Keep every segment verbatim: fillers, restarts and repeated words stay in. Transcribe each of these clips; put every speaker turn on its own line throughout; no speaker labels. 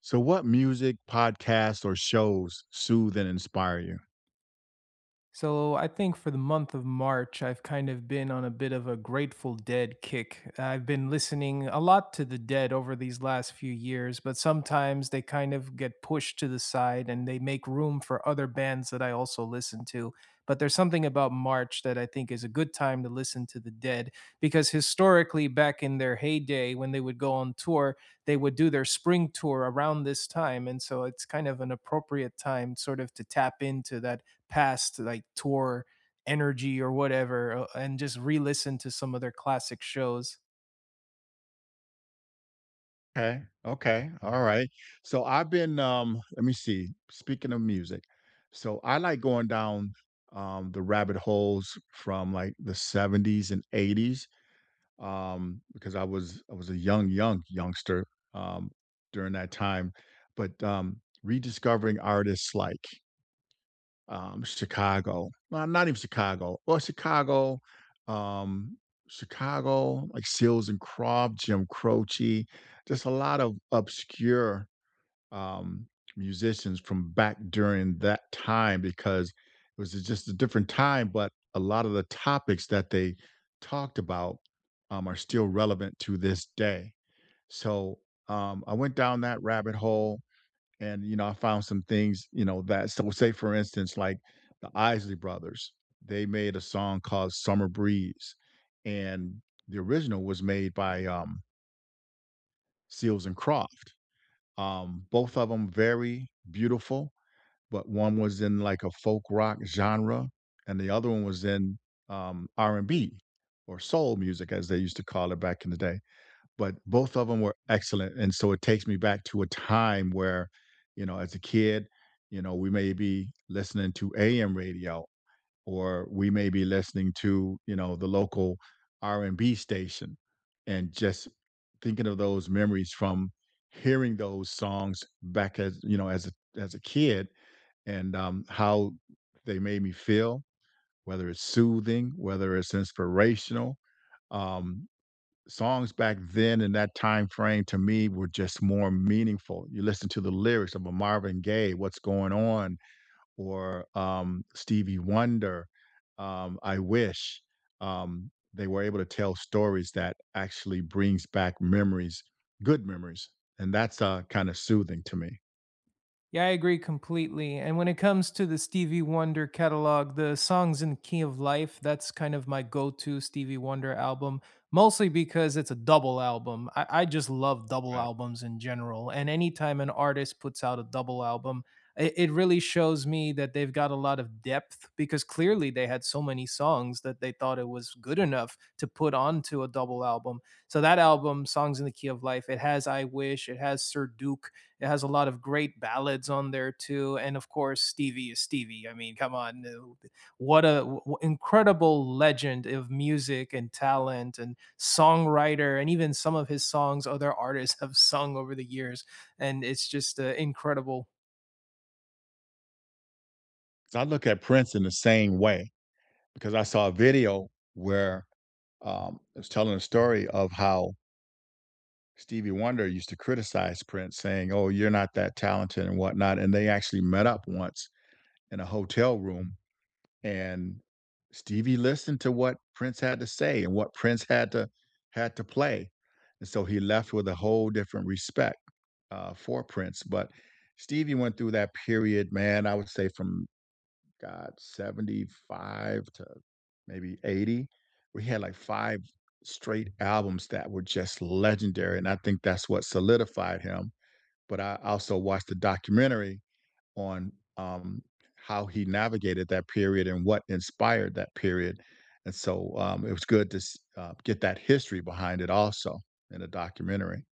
So, what music, podcasts, or shows soothe and inspire you?
So I think for the month of March, I've kind of been on a bit of a Grateful Dead kick. I've been listening a lot to the Dead over these last few years, but sometimes they kind of get pushed to the side and they make room for other bands that I also listen to. But there's something about March that I think is a good time to listen to the Dead because historically, back in their heyday, when they would go on tour, they would do their spring tour around this time. And so it's kind of an appropriate time, sort of, to tap into that past like tour energy or whatever, uh, and just re-listen to some of their classic shows.
Okay. Okay. All right. So, I've been, um, let me see. Speaking of music, so I like going down um, the rabbit holes from like the seventies and eighties, um, because I was I was a young, young youngster um, during that time. But um, rediscovering artists like Um, Chicago. Well, not even Chicago. Well, Chicago, um, Chicago, like Seals and Croft, Jim Croce, just a lot of obscure um, musicians from back during that time, because it was just a different time, but a lot of the topics that they talked about um, are still relevant to this day. So um, I went down that rabbit hole and, you know, I found some things, you know, that so say for instance, like the Isley Brothers, they made a song called Summer Breeze. And the original was made by um Seals and Croft. Um, both of them very beautiful, but one was in like a folk rock genre and the other one was in um R and B, or soul music as they used to call it back in the day, but both of them were excellent, and so it takes me back to a time where, you know, as a kid, you know, we may be listening to A M radio, or we may be listening to, you know, the local R and B station, and just thinking of those memories from hearing those songs back, as you know, as a as a kid and, um, how they made me feel, whether it's soothing, whether it's inspirational, um, songs back then in that time frame to me were just more meaningful. You listen to the lyrics of a Marvin Gaye, "What's Going On," or um, Stevie Wonder, um, "I Wish." Um, they were able to tell stories that actually brings back memories, good memories, and that's uh, kind of soothing to me.
Yeah, I agree completely. And when it comes to the Stevie Wonder catalog, the Songs in Key of Life, that's kind of my go to Stevie Wonder album, mostly because it's a double album. I, I just love double
Right.
albums in general. And anytime an artist puts out a double album, it, it really shows me that they've got a lot of depth because clearly they had so many songs that they thought it was good enough to put onto a double album. So that album, Songs in the Key of Life, it has I Wish, it has Sir Duke, it has a lot of great ballads on there too, and of course Stevie is Stevie. I mean, come on, uh, what a w- w- incredible legend of music and talent and songwriter, and even some of his songs other artists have sung over the years, and it's just uh, incredible.
So I look at Prince in the same way because I saw a video where um, it was telling a story of how Stevie Wonder used to criticize Prince, saying, "Oh, you're not that talented and whatnot." And they actually met up once in a hotel room, and Stevie listened to what Prince had to say and what Prince had to had to play, and so he left with a whole different respect uh, for Prince. But Stevie went through that period, man. I would say from Got seventy-five to maybe eighty. We had like five straight albums that were just legendary. And I think that's what solidified him. But I also watched the documentary on um, how he navigated that period and what inspired that period. And so um, it was good to s- uh, get that history behind it also in a documentary.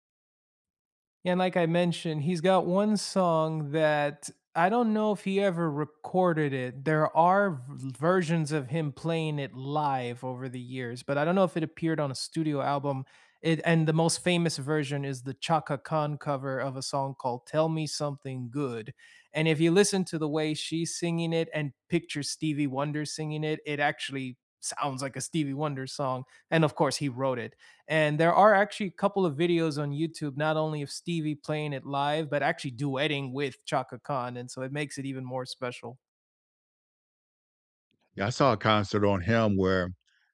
And like I mentioned, he's got one song that I don't know if he ever recorded it. There are v- versions of him playing it live over the years, but I don't know if it appeared on a studio album. It and the most famous version is the Chaka Khan cover of a song called Tell Me Something Good. And if you listen to the way she's singing it and picture Stevie Wonder singing it, it actually sounds like a Stevie Wonder song. And of course, he wrote it. And there are actually a couple of videos on YouTube, not only of Stevie playing it live, but actually duetting with Chaka Khan. And so it makes it even more special.
Yeah, I saw a concert on him where,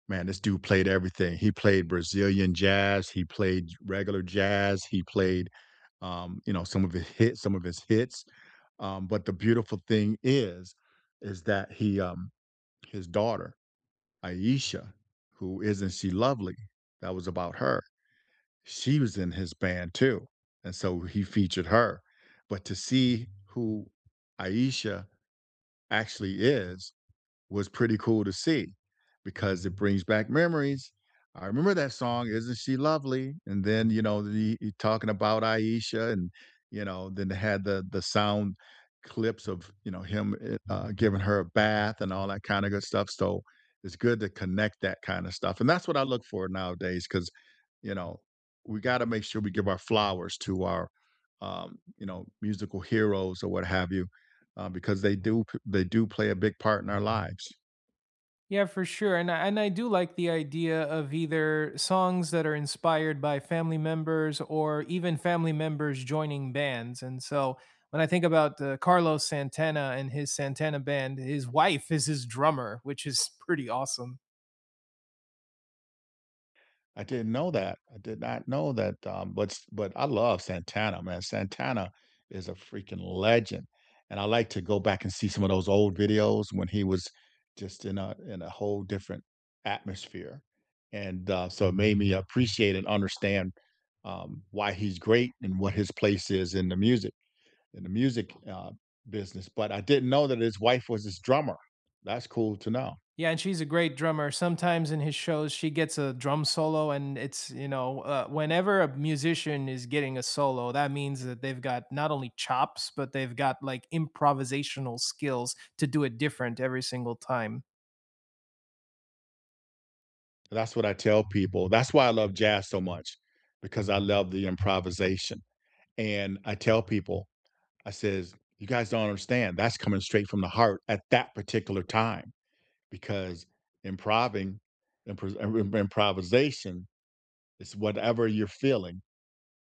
man, this dude played everything. He played Brazilian jazz, he played regular jazz, he played, um, you know, some of his hits, some of his hits. Um, but the beautiful thing is, is that he, um, his daughter Aisha, who isn't she lovely? That was about her. She was in his band too, and so he featured her. But to see who Aisha actually is was pretty cool to see because it brings back memories. I remember that song, "Isn't She Lovely?" And then, you know, the he talking about Aisha and, you know, then they had the the sound clips of, you know, him, eh, uh, giving her a bath and all that kinda good stuff, so it's good to connect that kinda stuff, and that's what I look for nowadays. Because you know, we gotta make sure we give our flowers to our, um, you know, musical heroes or what have you, uh, because they do p they do play a big part in our lives.
Yeah, for sure. And I, and I do like the idea of either songs that are inspired by family members or even family members joining bands. And so when I think about uh, Carlos Santana and his Santana band, his wife is his drummer, which is pretty awesome.
I didn't know that. I did not know that, um, but s but I love Santana, man. Santana is a freaking legend, and I like to go back and see some of those old videos when he was just in a in a whole different atmosphere, and, uh, so it made me appreciate and understand, um, why he's great and what his place is in the music in the music, uh, business, but I didn't know that his wife was his drummer. That's cool to know.
Yeah, and she's a great drummer. Sometimes in his shows, she gets a drum solo, and it's, you know, uh, whenever a musician is getting a solo, that means that they've got not only chops, but they've got like improvisational skills to do it different every single time.
That's what I tell people. That's why I love jazz so much because I love the improvisation. And I tell people, I says, you guys don't understand. That's coming straight from the heart at that particular time, because improving, impro- im- improvisation is whatever you're feeling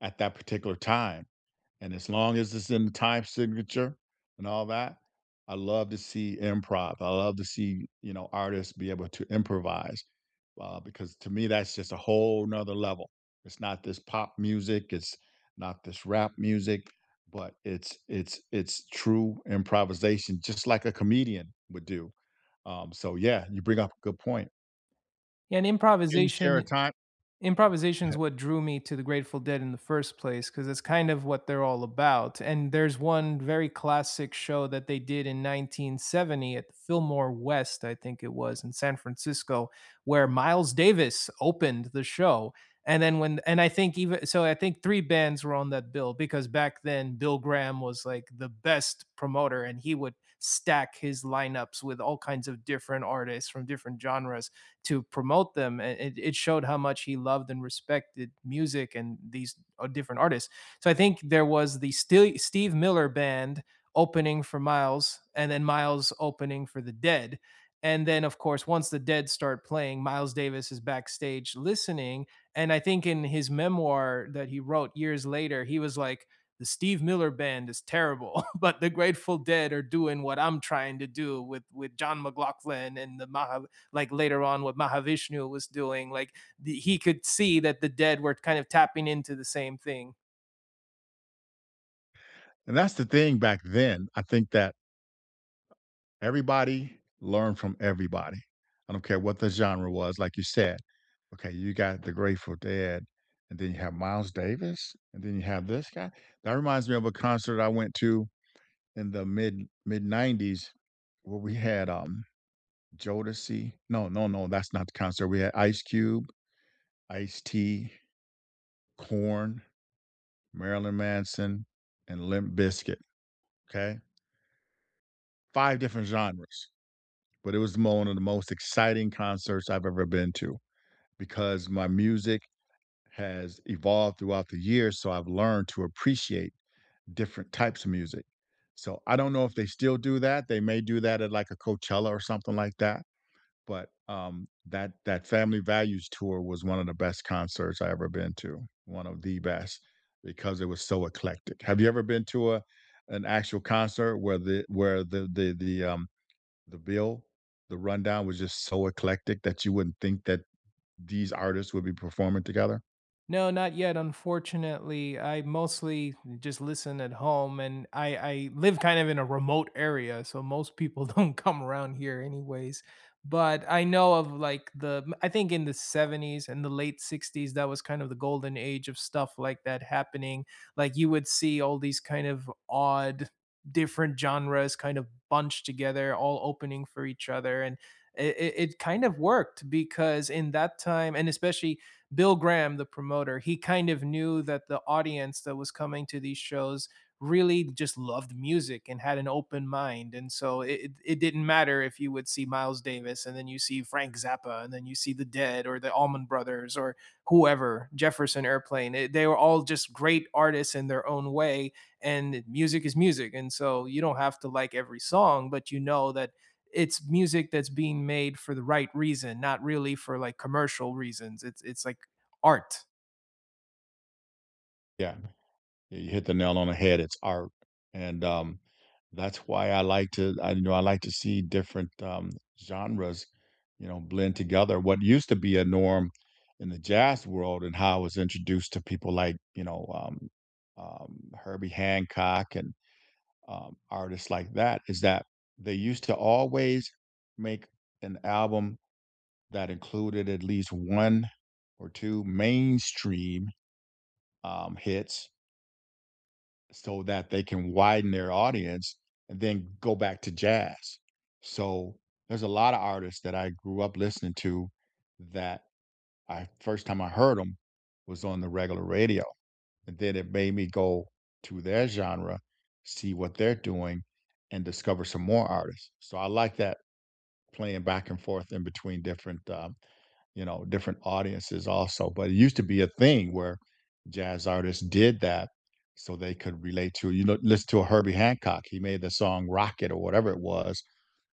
at that particular time. And as long as it's in the time signature and all that, I love to see improv. I love to see, you know, artists be able to improvise, uh, because to me that's just a whole nother level. It's not this pop music, it's not this rap music, but it's it's it's true improvisation, just like a comedian would do. Um, so yeah, you bring up a good point.
Yeah, and
Can you share a
improvisation.
time? Go
Improvisation is
ahead.
what drew me to the Grateful Dead in the first place, because it's kind of what they're all about, and there's one very classic show that they did in nineteen seventy at the Fillmore West, I think it was, in San Francisco, where Miles Davis opened the show, and then when and I think, even so, I think three bands were on that bill because back then Bill Graham was, like, the best promoter, and he would stack his lineups with all kinds of different artists from different genres, to promote them. And it, it showed how much he loved and respected music and these uh, different artists. So I think there was the Steve Miller Band opening for Miles, and then Miles opening for the Dead. And then, of course, once the Dead start playing, Miles Davis is backstage listening. And I think in his memoir that he wrote years later, he was like, the Steve Miller band is terrible, but the Grateful Dead are doing what I'm trying to do with with John McLaughlin and the Maha, like later on what Mahavishnu was doing. Like the, he could see that the Dead were kind of tapping into the same thing.
And that's the thing back then. I think that everybody learned from everybody. I don't care what the genre was, like you said. Okay, you got the Grateful Dead, and then you have Miles Davis, and then you have this guy. That reminds me of a concert I went to in the mid mid nineties where we had um Jodeci. No, no, no, that's not the concert. We had Ice Cube, Ice T, Corn, Marilyn Manson, and Limp Bizkit. Okay, five different genres, but it was mo- one of the most exciting concerts I've ever been to because my music has evolved throughout the years. So I've learned to appreciate different types of music. So I don't know if they still do that. They may do that at like a Coachella or something like that. But um, that that Family Values tour was one of the best concerts I ever been to. One of the best, because it was so eclectic. Have you ever been to a an actual concert where the where the the the um the bill, the rundown was just so eclectic that you wouldn't think that these artists would be performing together?
No, not yet. Unfortunately, I mostly just listen at home, and I I live kind of in a remote area, so most people don't come around here, anyways. But I know of like the I think in the seventies and the late sixties, that was kind of the golden age of stuff like that happening. Like you would see all these kind of odd, different genres kind of bunched together, all opening for each other, and it, it it kind of worked because in that time, and especially Bill Graham, the promoter, he kind of knew that the audience that was coming to these shows really just loved music and had an open mind. And so it, it, didn't matter if you would see Miles Davis and then you see Frank Zappa and then you see the Dead or the Allman Brothers or whoever, Jefferson Airplane. It- they were all just great artists in their own way. And music is music. And so you don't have to like every song, but you know that it's music that's being made for the right reason, not really for like commercial reasons. It's it's like art.
Yeah, you hit the nail on the head, it's art, and, um, that's why I like to I you know, I like to see different, um, genres, you know, blend together. What used to be a norm in the jazz world, and how I was introduced to people like, you know, um, um, Herbie Hancock and, um, artists like that, is that they used to always make an album that included at least one or two mainstream um, hits so that they can widen their audience and then go back to jazz. So there's a lot of artists that I grew up listening to that, I first time I heard them was on the regular radio. And then it made me go to their genre, see what they're doing, and discover some more artists. So I like that playing back and forth in between different um, you know, different audiences also. But it used to be a thing where jazz artists did that so they could relate to, you know, listen to a Herbie Hancock. He made the song Rocket or whatever it was,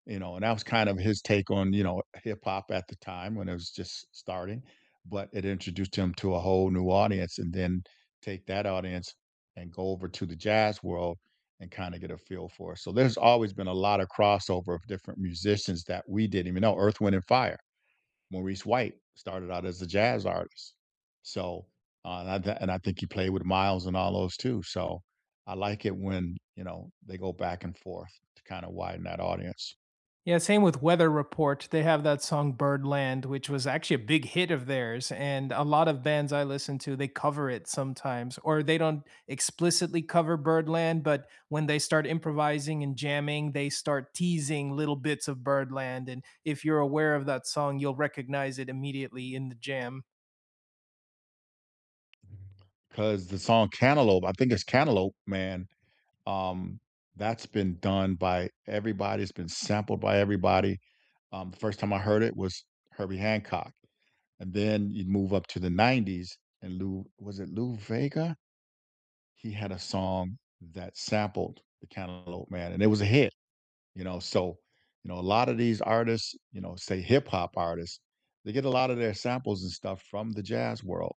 you know, and that was kind of his take on, you know, hip hop at the time when it was just starting. But it introduced him to a whole new audience, and then take that audience and go over to the jazz world and kind of get a feel for it. So there's always been a lot of crossover of different musicians that we didn't even know. Earth, Wind, and Fire, Maurice White started out as a jazz artist. So, uh, and I th- and I think he played with Miles and all those too. So, I like it when, you know, they go back and forth to kind of widen that audience.
Yeah, same with Weather Report. They have that song Birdland, which was actually a big hit of theirs. And a lot of bands I listen to, they cover it sometimes, or they don't explicitly cover Birdland, but when they start improvising and jamming, they start teasing little bits of Birdland. And if you're aware of that song, you'll recognize it immediately in the jam.
Because the song Cantaloupe, I think it's Cantaloupe, man. Um, that's been done by everybody. It's been sampled by everybody. Um, the first time I heard it was Herbie Hancock. And then you move up to the nineties and Lou, was it Lou Vega? He had a song that sampled The Cantaloupe Man, and it was a hit, you know? So, you know, a lot of these artists, you know, say hip hop artists, they get a lot of their samples and stuff from the jazz world.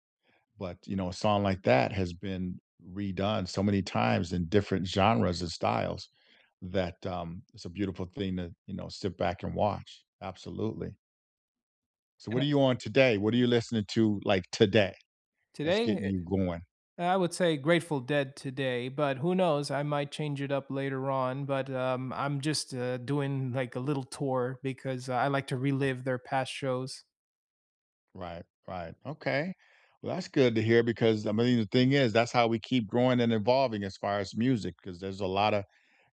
But, you know, a song like that has been redone so many times in different genres and styles that um, it's a beautiful thing to, you know, sit back and watch. Absolutely. So,
And
what
uh,
are you on today? What are you listening to like today? That's
today,
getting you going.
I would say Grateful Dead today, but who knows? I might change it up later on. But um, I'm just uh, doing like a little tour because uh, I like to relive their past shows.
Right, right. Okay. Well, that's good to hear, because I mean the thing is that's how we keep growing and evolving as far as music, because there's a lot of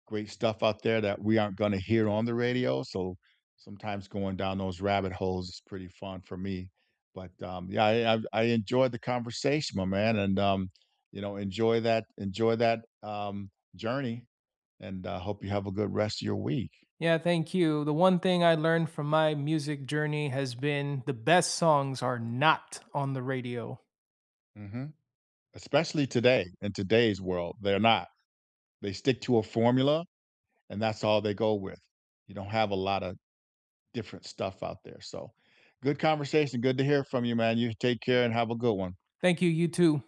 great stuff out there that we aren't going to hear on the radio. So sometimes going down those rabbit holes is pretty fun for me. But um, yeah, I, I, I enjoyed the conversation, my man, and um, you know enjoy that enjoy that um, journey, and uh, hope you have a good rest of your week.
Yeah, thank you. The one thing I learned from my music journey has been the best songs are not on the radio.
Hmm. Especially today in today's world, they're not. They stick to a formula and that's all they go with. You don't have a lot of different stuff out there. So good conversation. Good to hear from you, man. You take care and have a good one.
Thank you, you too.